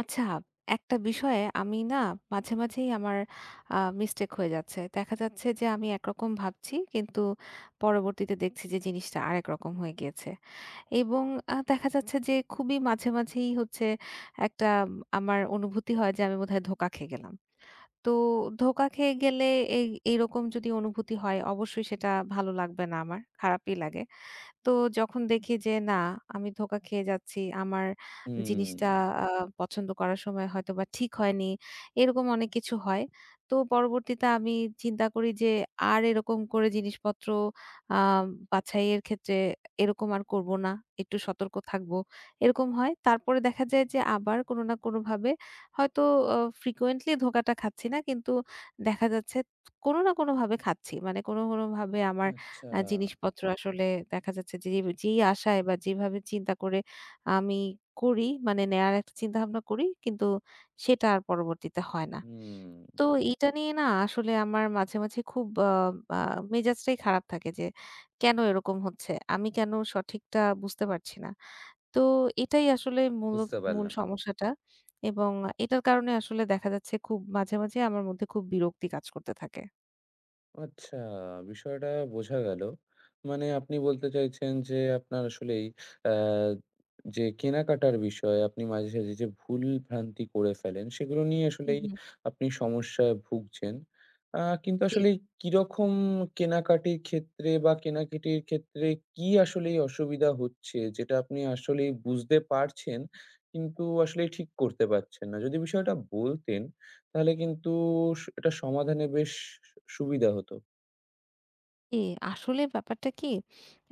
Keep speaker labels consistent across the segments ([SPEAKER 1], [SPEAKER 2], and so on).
[SPEAKER 1] আচ্ছা, একটা বিষয়ে আমি না মাঝে, মাঝেই আমার আ মিস্টেক হয়ে যাচ্ছে। দেখা যাচ্ছে যে আমি একরকম ভাবছি কিন্তু পরবর্তীতে দেখছি যে জিনিসটা আরেক রকম হয়ে গিয়েছে। এবং দেখা যাচ্ছে যে খুবই মাঝে, মাঝেই হচ্ছে একটা আমার অনুভূতি হয় যে আমি বোধহয় ধোঁকা খেয়ে গেলাম। তো ধোঁকা খেয়ে গেলে এইরকম যদি অনুভূতি হয় অবশ্যই সেটা ভালো লাগবে না আমার, খারাপই লাগে। তো যখন দেখি যে না আমি ধোঁকা খেয়ে যাচ্ছি, আমার
[SPEAKER 2] হুম,
[SPEAKER 1] জিনিসটা আ পছন্দ করার সময় হয়তোবা ঠিক হয়নি, এরকম অনেক কিছু হয়। তো পরবর্তীতে আমি চিন্তা করি যে আর এরকম করে জিনিসপত্র আ বাছাইয়ের ক্ষেত্রে এরকম আর করব না, একটু সতর্ক থাকব। এরকম হয়। তারপরে দেখা যায় যে আবার কোনো না কোনোভাবে হয়তো অ ফ্রিকোয়েন্টলি ধোঁকাটা খাচ্ছি না কিন্তু দেখা যাচ্ছে কোনো না কোনোভাবে খাচ্ছি। মানে কোনো, কোনোভাবে আমার
[SPEAKER 2] আচ্ছা।
[SPEAKER 1] জিনিসপত্র আসলে দেখা যাচ্ছে যে যেই আশায় বা যেভাবে চিন্তা করে আমি করি মানে নেয়ার একটা চিন্তাভাবনা করি কিন্তু সেটা আর পরবর্তীতে হয় না।
[SPEAKER 2] হুম,
[SPEAKER 1] তো এটা নিয়ে না আসলে আমার মাঝে, মাঝে খুব আ আ মেজাজটাই খারাপ থাকে যে কেন এরকম হচ্ছে? আমি কেন সঠিকটা বুঝতে পারছি না। তো এটাই আসলে মূল
[SPEAKER 2] বুঝতে
[SPEAKER 1] মূল
[SPEAKER 2] পারলাম।
[SPEAKER 1] সমস্যাটা এবং এটার কারণে আসলে দেখা যাচ্ছে খুব মাঝে, মাঝে আমার মধ্যে খুব বিরক্তি কাজ করতে থাকে।
[SPEAKER 2] আচ্ছা, বিষয়টা বোঝা গেল। মানে আপনি বলতে চাইছেন যে আপনার আসলেই অ্যা যে কেনাকাটার বিষয়ে আপনি মাঝে সাঝে যে ভুল-ভ্রান্তি করে ফেলেন, সেগুলো নিয়ে
[SPEAKER 1] হুম,
[SPEAKER 2] আসলেই
[SPEAKER 1] হুম।
[SPEAKER 2] আপনি সমস্যায় ভুগছেন। কিন্তু
[SPEAKER 1] জি।
[SPEAKER 2] আসলে কিরকম কেনাকাটির ক্ষেত্রে বা কেনাকাটির ক্ষেত্রে কি আসলেই অসুবিধা হচ্ছে, যেটা আপনি আসলেই বুঝতে পারছেন, কিন্তু আসলেই ঠিক করতে পারছেন না? যদি বিষয়টা বলতেন, তাহলে কিন্তু এটা সমাধানে বেশ সুবিধা হতো।
[SPEAKER 1] জি, আসলে ব্যাপারটা কি?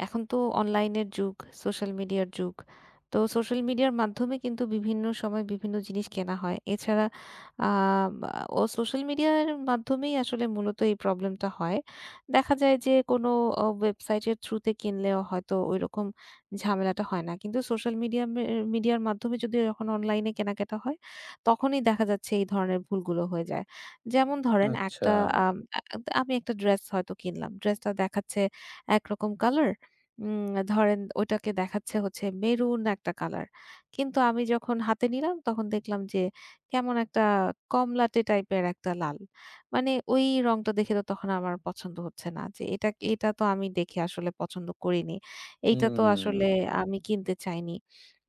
[SPEAKER 1] এখন তো অনলাইনের যুগ, সোশ্যাল মিডিয়ার যুগ। তো সোশ্যাল মিডিয়ার মাধ্যমে কিন্তু বিভিন্ন সময় বিভিন্ন জিনিস কেনা হয়। এছাড়া আ বা ও সোশ্যাল মিডিয়ার মাধ্যমেই আসলে মূলত এই প্রবলেমটা হয়। দেখা যায় যে কোনো ওয়েবসাইটের থ্রুতে কিনলেও হয়তো ঐরকম ঝামেলাটা হয় না। কিন্তু সোশ্যাল মিডিয়ার মাধ্যমে যদি যখন অনলাইনে কেনাকাটা হয়, তখনই দেখা যাচ্ছে এই ধরনের ভুলগুলো হয়ে যায়। যেমন ধরেন
[SPEAKER 2] আচ্ছা।
[SPEAKER 1] একটা আম আমি একটা ড্রেস হয়তো কিনলাম। ড্রেসটা দেখাচ্ছে একরকম কালার। ধরেন ওটাকে দেখাচ্ছে হচ্ছে মেরুন একটা কালার। কিন্তু আমি যখন হাতে নিলাম তখন দেখলাম যে কেমন একটা কমলাটে টাইপের একটা লাল। মানে ওই রংটা দেখে তো তখন আমার পছন্দ হচ্ছে না। যে এটা এটা তো আমি দেখে আসলে পছন্দ করিনি। এইটা তো আসলে
[SPEAKER 2] হুম,
[SPEAKER 1] আমি কিনতে চাইনি।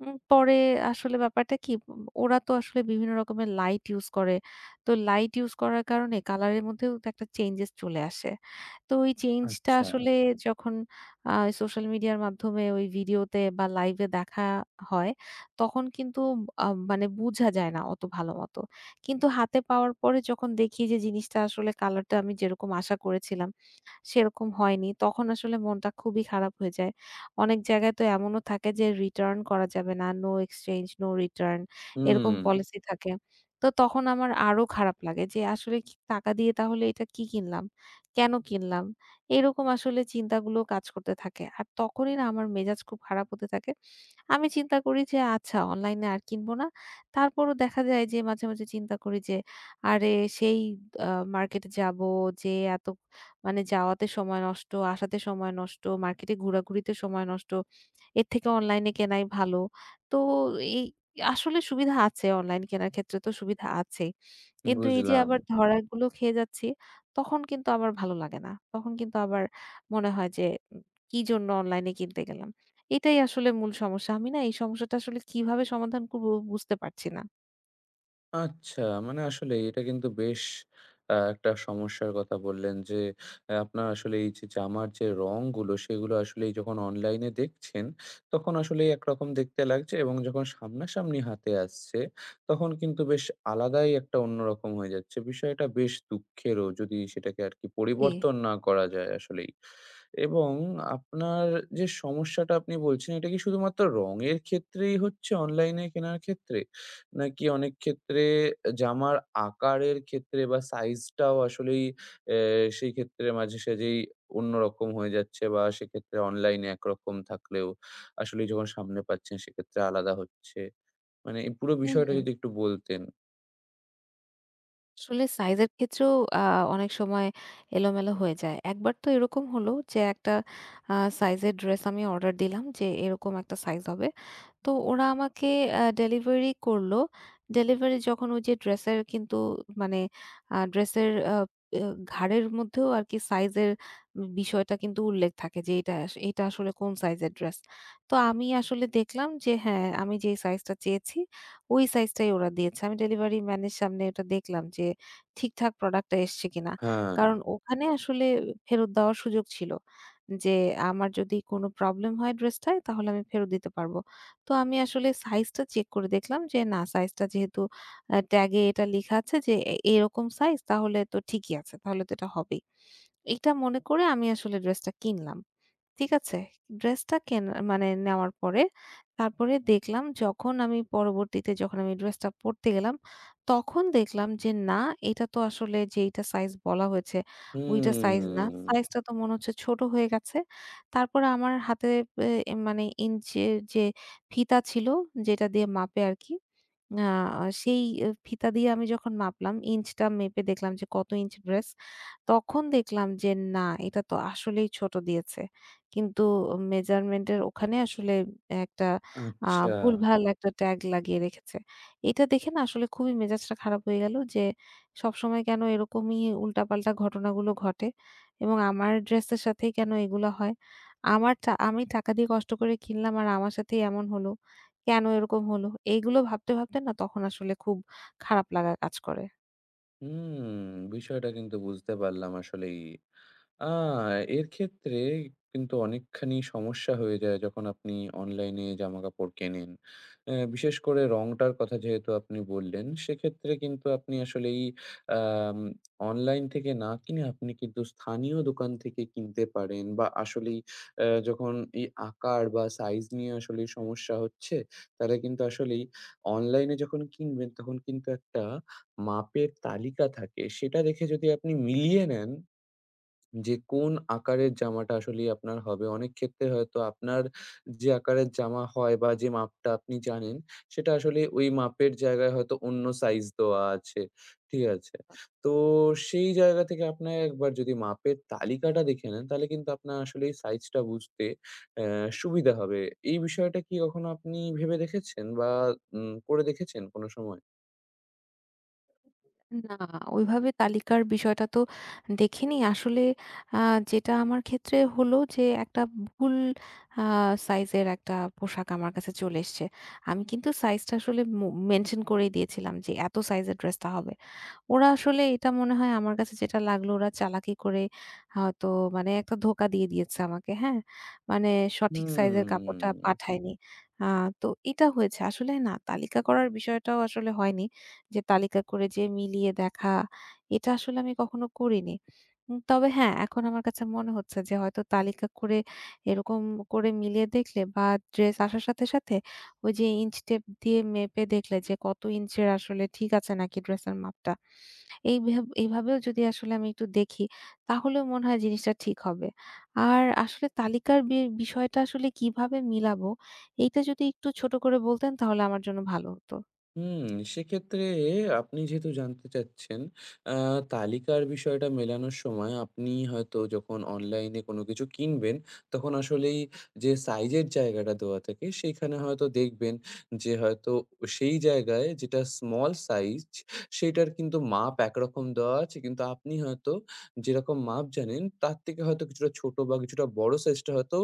[SPEAKER 1] পরে আসলে ব্যাপারটা কি ওরা তো আসলে বিভিন্ন রকমের লাইট ইউস করে। তো লাইট ইউজ করার কারণে কালারের মধ্যেও তো একটা চেঞ্জেস চলে আসে। তো ওই চেঞ্জটা
[SPEAKER 2] আচ্ছা।
[SPEAKER 1] আসলে যখন আ সোশ্যাল মিডিয়ার মাধ্যমে ওই ভিডিওতে বা লাইভে দেখা হয়, তখন কিন্তু মানে বুঝা যায় না অত ভালোমতো। কিন্তু হাতে পাওয়ার পরে যখন দেখি যে জিনিসটা আসলে কালারটা আমি যেরকম আশা করেছিলাম সেরকম হয়নি। তখন আসলে মনটা খুবই খারাপ হয়ে যায়। অনেক জায়গায় তো এমনও থাকে যে রিটার্ন করা যাবে না। নো এক্সচেঞ্জ, নো রিটার্ন এরকম জি।
[SPEAKER 2] হুম,
[SPEAKER 1] পলিসি থাকে। তো তখন আমার আরো খারাপ লাগে যে আসলে কি টাকা দিয়ে তাহলে এটা কি কিনলাম? কেন কিনলাম? এরকম আসলে চিন্তাগুলো কাজ করতে থাকে। আর তখনই না আমার মেজাজ খুব খারাপ হতে থাকে। আমি চিন্তা করি যে আচ্ছা অনলাইনে আর কিনব না। তারপরও দেখা যায় যে মাঝে, মাঝে চিন্তা করি যে আরে সেই আ মার্কেটে যাব, যেয়ে এত মানে যাওয়াতে সময় নষ্ট, আসাতে সময় নষ্ট, মার্কেটে ঘোরাঘুরিতে সময় নষ্ট। এর থেকে অনলাইনে কেনাই ভালো। তো এই আসলে সুবিধা আছে অনলাইন কেনার ক্ষেত্রে তো সুবিধা আছেই। কিন্তু এই যে
[SPEAKER 2] বুঝলাম।
[SPEAKER 1] আবার ধরাগুলো খেয়ে যাচ্ছি, তখন কিন্তু আবার ভালো লাগে না। তখন কিন্তু আবার মনে হয় যে, উম, "কি জন্য অনলাইনে কিনতে গেলাম?" এটাই আসলে মূল সমস্যা। আমি না এই সমস্যাটা আসলে কিভাবে সমাধান করব বুঝতে পারছি না।
[SPEAKER 2] আচ্ছা, মানে আসলেই এটা কিন্তু বেশ একটা সমস্যার কথা বললেন যে, আপনার আসলে এই যে জামার যে রঙগুলো, সেগুলো আসলেই যখন অনলাইনে দেখছেন, তখন আসলেই একরকম দেখতে লাগছে এবং যখন সামনাসামনি হাতে আসছে, তখন কিন্তু বেশ আলাদাই একটা অন্যরকম হয়ে যাচ্ছে। বিষয়টা বেশ দুঃখেরও, যদি সেটাকে আরকি
[SPEAKER 1] জি।
[SPEAKER 2] পরিবর্তন না করা যায় আসলেই। এবং আপনার যে সমস্যাটা আপনি বলছেন, এটা কি শুধুমাত্র রঙের ক্ষেত্রেই হচ্ছে অনলাইনে কেনার ক্ষেত্রে? নাকি অনেক ক্ষেত্রে জামার আকারের ক্ষেত্রে বা সাইজটাও আসলেই অ্যা সেই ক্ষেত্রে মাঝেসাঝেই অন্যরকম হয়ে যাচ্ছে, বা সেক্ষেত্রে অনলাইনে একরকম থাকলেও আসলেই যখন সামনে পাচ্ছেন সেক্ষেত্রে আলাদা হচ্ছে। মানে এই পুরো
[SPEAKER 1] হু,
[SPEAKER 2] বিষয়টা
[SPEAKER 1] হু।
[SPEAKER 2] যদি একটু বলতেন।
[SPEAKER 1] আসলে সাইজের ক্ষেত্রেও অনেক সময় এলোমেলো হয়ে যায়। একবার তো এরকম হলো যে একটা আ সাইজের ড্রেস আমি অর্ডার দিলাম যে এরকম একটা সাইজ হবে। তো ওরা আমাকে ডেলিভারি করলো। ডেলিভারি যখন ওই যে ড্রেসের কিন্তু মানে ড্রেসের আ অ ঘাড়ের মধ্যেও আরকি সাইজের বিষয়টা কিন্তু উল্লেখ থাকে যে এটা আসলে কোন সাইজের ড্রেস। তো আমি আসলে দেখলাম যে হ্যাঁ, আমি যেই সাইজটা চেয়েছি ওই সাইজটাই ওরা দিয়েছে। আমি ডেলিভারি ম্যানের সামনে ওটা দেখলাম যে ঠিকঠাক প্রোডাক্টটা এসছে কিনা।
[SPEAKER 2] হ্যাঁ।
[SPEAKER 1] কারণ ওখানে আসলে ফেরত দেওয়ার সুযোগ ছিল। যে আমার যদি কোনো প্রবলেম হয় ড্রেসটায় তাহলে আমি ফেরত দিতে পারবো। তো আমি আসলে সাইজটা চেক করে দেখলাম যে না সাইজটা যেহেতু ট্যাগে এটা লিখা আছে যে এরকম সাইজ তাহলে তো ঠিকই আছে। তাহলে তো এটা হবেই। এটা মনে করে আমি আসলে ড্রেসটা কিনলাম। ঠিক আছে? ড্রেসটা কেনা মানে নেওয়ার পরে তারপরে দেখলাম যখন আমি পরবর্তীতে যখন আমি ড্রেসটা পরতে গেলাম, তখন দেখলাম যে না এটা তো আসলে যেইটা সাইজ বলা হয়েছে ওইটা সাইজ না।
[SPEAKER 2] হুম,
[SPEAKER 1] সাইজটা তো মনে হচ্ছে ছোট হয়ে গেছে। তারপরে আমার হাতে মানে ইঞ্চির যে ফিতা ছিল যেটা দিয়ে মাপে আরকি। আ সেই ফিতা দিয়ে আমি যখন মাপলাম, ইঞ্চটা মেপে দেখলাম যে কত ইঞ্চ ড্রেস। তখন দেখলাম যে না, এটা তো আসলেই ছোট দিয়েছে। কিন্তু মেজারমেন্ট এর ওখানে আসলে একটা আ
[SPEAKER 2] আচ্ছা।
[SPEAKER 1] ভুলভাল একটা ট্যাগ লাগিয়ে রেখেছে। এটা দেখে না আসলে খুবই মেজাজটা খারাপ হয়ে গেল যে সবসময় কেন এরকমই উল্টাপাল্টা ঘটনাগুলো ঘটে এবং আমার ড্রেসের সাথেই কেন এগুলা হয়? আমার টা আমি টাকা দিয়ে কষ্ট করে কিনলাম আর আমার সাথেই এমন হলো। কেন এরকম হলো? এইগুলো ভাবতে, ভাবতে না তখন আসলে খুব খারাপ লাগা কাজ করে।
[SPEAKER 2] হুম, বিষয়টা কিন্তু বুঝতে পারলাম আসলেই। আ এর ক্ষেত্রে কিন্তু অনেকখানি সমস্যা হয়ে যায় যখন আপনি অনলাইনে জামাকাপড় কেনেন। বিশেষ করে রংটার কথা যেহেতু আপনি বললেন, সেক্ষেত্রে কিন্তু আপনি আসলেই আম অনলাইন থেকে না কিনে আপনি কিন্তু স্থানীয় দোকান থেকে কিনতে পারেন, বা আসলেই যখন এই আকার বা সাইজ নিয়ে আসলেই সমস্যা হচ্ছে, তাহলে কিন্তু আসলেই অনলাইনে যখন কিনবেন তখন কিন্তু একটা মাপের তালিকা থাকে। সেটা দেখে যদি আপনি মিলিয়ে নেন যে কোন আকারের জামাটা আসলেই আপনার হবে। অনেক ক্ষেত্রে হয়তো আপনার যে আকারের জামা হয় বা যে মাপটা আপনি জানেন, সেটা আসলে ওই মাপের জায়গায় হয়তো অন্য সাইজ দেওয়া আছে। ঠিক আছে? তো সেই জায়গা থেকে আপনার একবার যদি মাপের তালিকাটা দেখে নেন, তাহলে কিন্তু আপনার আসলেই সাইজটা বুঝতে অ্যা সুবিধা হবে। এই বিষয়টা কি কখনো আপনি ভেবে দেখেছেন বা করে দেখেছেন কোনো সময়?
[SPEAKER 1] না, ওইভাবে তালিকার বিষয়টা তো দেখিনি। আসলে আ যেটা আমার ক্ষেত্রে হলো যে একটা ভুল আ সাইজের একটা পোশাক আমার কাছে চলে এসছে। আমি কিন্তু সাইজটা আসলে মেনশন করেই দিয়েছিলাম যে এত সাইজের ড্রেসটা হবে। ওরা আসলে এটা মনে হয় আমার কাছে যেটা লাগলো ওরা চালাকি করে হয়তো মানে একটা ধোঁকা দিয়ে দিয়েছে আমাকে। হ্যাঁ? মানে সঠিক সাইজের কাপড়টা
[SPEAKER 2] হুম।
[SPEAKER 1] পাঠায়নি। আ তো এটা হয়েছে। আসলে না তালিকা করার বিষয়টাও আসলে হয়নি। যে তালিকা করে যে মিলিয়ে দেখা, এটা আসলে আমি কখনো করিনি। তবে হ্যাঁ, এখন আমার কাছে মনে হচ্ছে যে হয়তো তালিকা করে এরকম করে মিলিয়ে দেখলে বা ড্রেস আসার সাথে, সাথে ওই যে ইঞ্চ টেপ দিয়ে মেপে দেখলে যে কত ইঞ্চের আসলে ঠিক আছে নাকি ড্রেসের মাপটা। এই ভেব এইভাবেও যদি আসলে আমি একটু দেখি, তাহলেও মনে হয় জিনিসটা ঠিক হবে। আর আসলে তালিকার বিষয়টা আসলে কিভাবে মিলাবো, এইটা যদি একটু ছোট করে বলতেন তাহলে আমার জন্য ভালো হতো।
[SPEAKER 2] হুম, সেক্ষেত্রে আপনি যেহেতু জানতে চাচ্ছেন, আ তালিকার বিষয়টা মেলানোর সময় আপনি হয়তো যখন অনলাইনে কোনো কিছু কিনবেন, তখন আসলেই যে সাইজের জায়গাটা দেওয়া থাকে, সেইখানে হয়তো দেখবেন যে হয়তো সেই জায়গায় যেটা স্মল সাইজ, সেইটার কিন্তু মাপ একরকম দেওয়া আছে। কিন্তু আপনি হয়তো যেরকম মাপ জানেন, তার থেকে হয়তো কিছুটা ছোট বা কিছুটা বড় সাইজটা হয়তো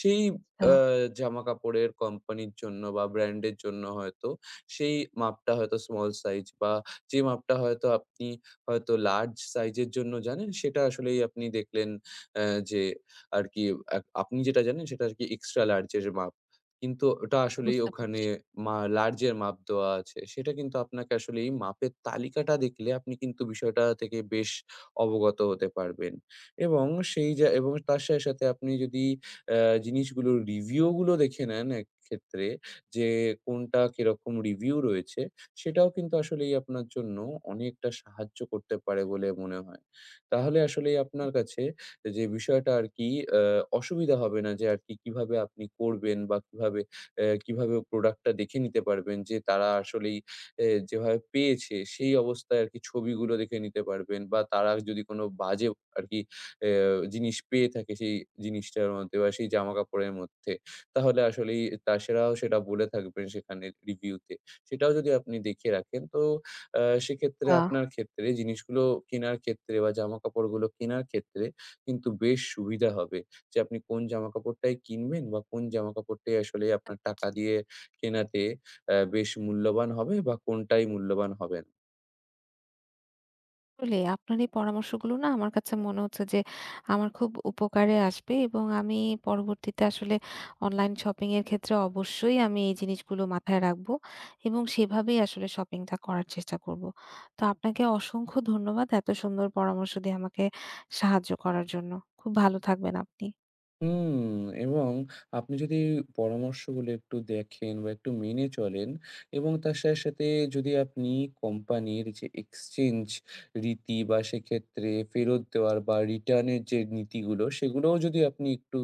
[SPEAKER 2] সেই
[SPEAKER 1] আচ্ছা,
[SPEAKER 2] আ জামাকাপড়ের কোম্পানির জন্য বা ব্র্যান্ডের জন্য হয়তো সেই মাপটা হয়তো স্মল সাইজ, বা যে মাপটা হয়তো আপনি হয়তো লার্জ সাইজের জন্য জানেন সেটা আসলেই আপনি দেখলেন যে আর কি আপনি যেটা জানেন সেটা আর কি এক্সট্রা লার্জ এর মাপ। কিন্তু ওটা আসলেই
[SPEAKER 1] বুঝতে
[SPEAKER 2] ওখানে
[SPEAKER 1] পারছি,
[SPEAKER 2] লার্জ এর মাপ দেওয়া আছে। সেটা কিন্তু আপনাকে আসলে এই মাপের তালিকাটা দেখলে আপনি কিন্তু বিষয়টা থেকে বেশ অবগত হতে পারবেন। এবং সেই যা, এবং তার সাথে, সাথে আপনি যদি অ্যা জিনিসগুলোর রিভিউ গুলো দেখে নেন, একক্ষেত্রে যে কোনটা কিরকম রিভিউ রয়েছে, সেটাও কিন্তু আসলেই আপনার জন্য অনেকটা সাহায্য করতে পারে বলে মনে হয়। তাহলে আসলেই আপনার কাছে যে বিষয়টা আর কি আ অসুবিধা হবে না, যে আর কি কিভাবে আপনি করবেন বা কিভাবে প্রোডাক্টটা দেখে নিতে পারবেন, যে তারা আসলেই যেভাবে পেয়েছে সেই অবস্থায় আর কি ছবিগুলো দেখে নিতে পারবেন, বা তারা যদি কোনো বাজে আর কি অ্যা জিনিস পেয়ে থাকে সেই জিনিসটার মধ্যে বা সেই জামাকাপড়ের মধ্যে, তাহলে আসলেই তা সেরাও সেটা বলে থাকবেন সেখানে রিভিউতে। সেটাও যদি আপনি দেখিয়ে রাখেন, তো সেক্ষেত্রে
[SPEAKER 1] আ
[SPEAKER 2] আপনার ক্ষেত্রে জিনিসগুলো কেনার ক্ষেত্রে বা জামাকাপড়গুলো কেনার ক্ষেত্রে কিন্তু বেশ সুবিধা হবে, যে আপনি কোন জামাকাপড়টাই কিনবেন বা কোন জামাকাপড়টাই আসলে
[SPEAKER 1] বুঝতে
[SPEAKER 2] আপনার টাকা
[SPEAKER 1] পারছি।
[SPEAKER 2] দিয়ে কেনাতে বেশ মূল্যবান হবে বা কোনটাই মূল্যবান হবে না।
[SPEAKER 1] আসলে আপনার এই পরামর্শগুলো না আমার কাছে মনে হচ্ছে যে আমার খুব উপকারে আসবে এবং আমি পরবর্তীতে আসলে অনলাইন শপিং এর ক্ষেত্রে অবশ্যই আমি এই জিনিসগুলো মাথায় রাখবো এবং সেভাবেই আসলে শপিংটা করার চেষ্টা করব। তো আপনাকে অসংখ্য ধন্যবাদ এত সুন্দর পরামর্শ দিয়ে আমাকে সাহায্য করার জন্য। খুব ভালো থাকবেন আপনি।
[SPEAKER 2] হুম এবং আপনি যদি পরামর্শগুলো একটু দেখেন বা একটু মেনে চলেন, এবং তার সাথে, সাথে যদি আপনি কোম্পানির যে এক্সচেঞ্জ রীতি বা সেক্ষেত্রে ফেরত দেওয়ার বা রিটার্নের যে নীতিগুলো, সেগুলোও যদি আপনি একটু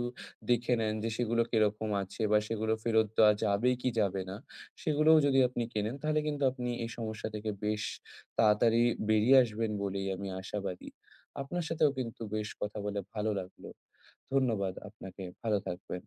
[SPEAKER 2] দেখে নেন যে সেগুলো কিরকম আছে বা সেগুলো ফেরত দেওয়া যাবে কি যাবে না, সেগুলোও যদি আপনি কেনেন, তাহলে কিন্তু আপনি এই সমস্যা থেকে বেশ তাড়াতাড়ি বেরিয়ে আসবেন বলেই আমি আশাবাদী। আপনার সাথেও কিন্তু বেশ কথা বলে ভালো লাগলো। ধন্যবাদ আপনাকে। ভালো থাকবেন।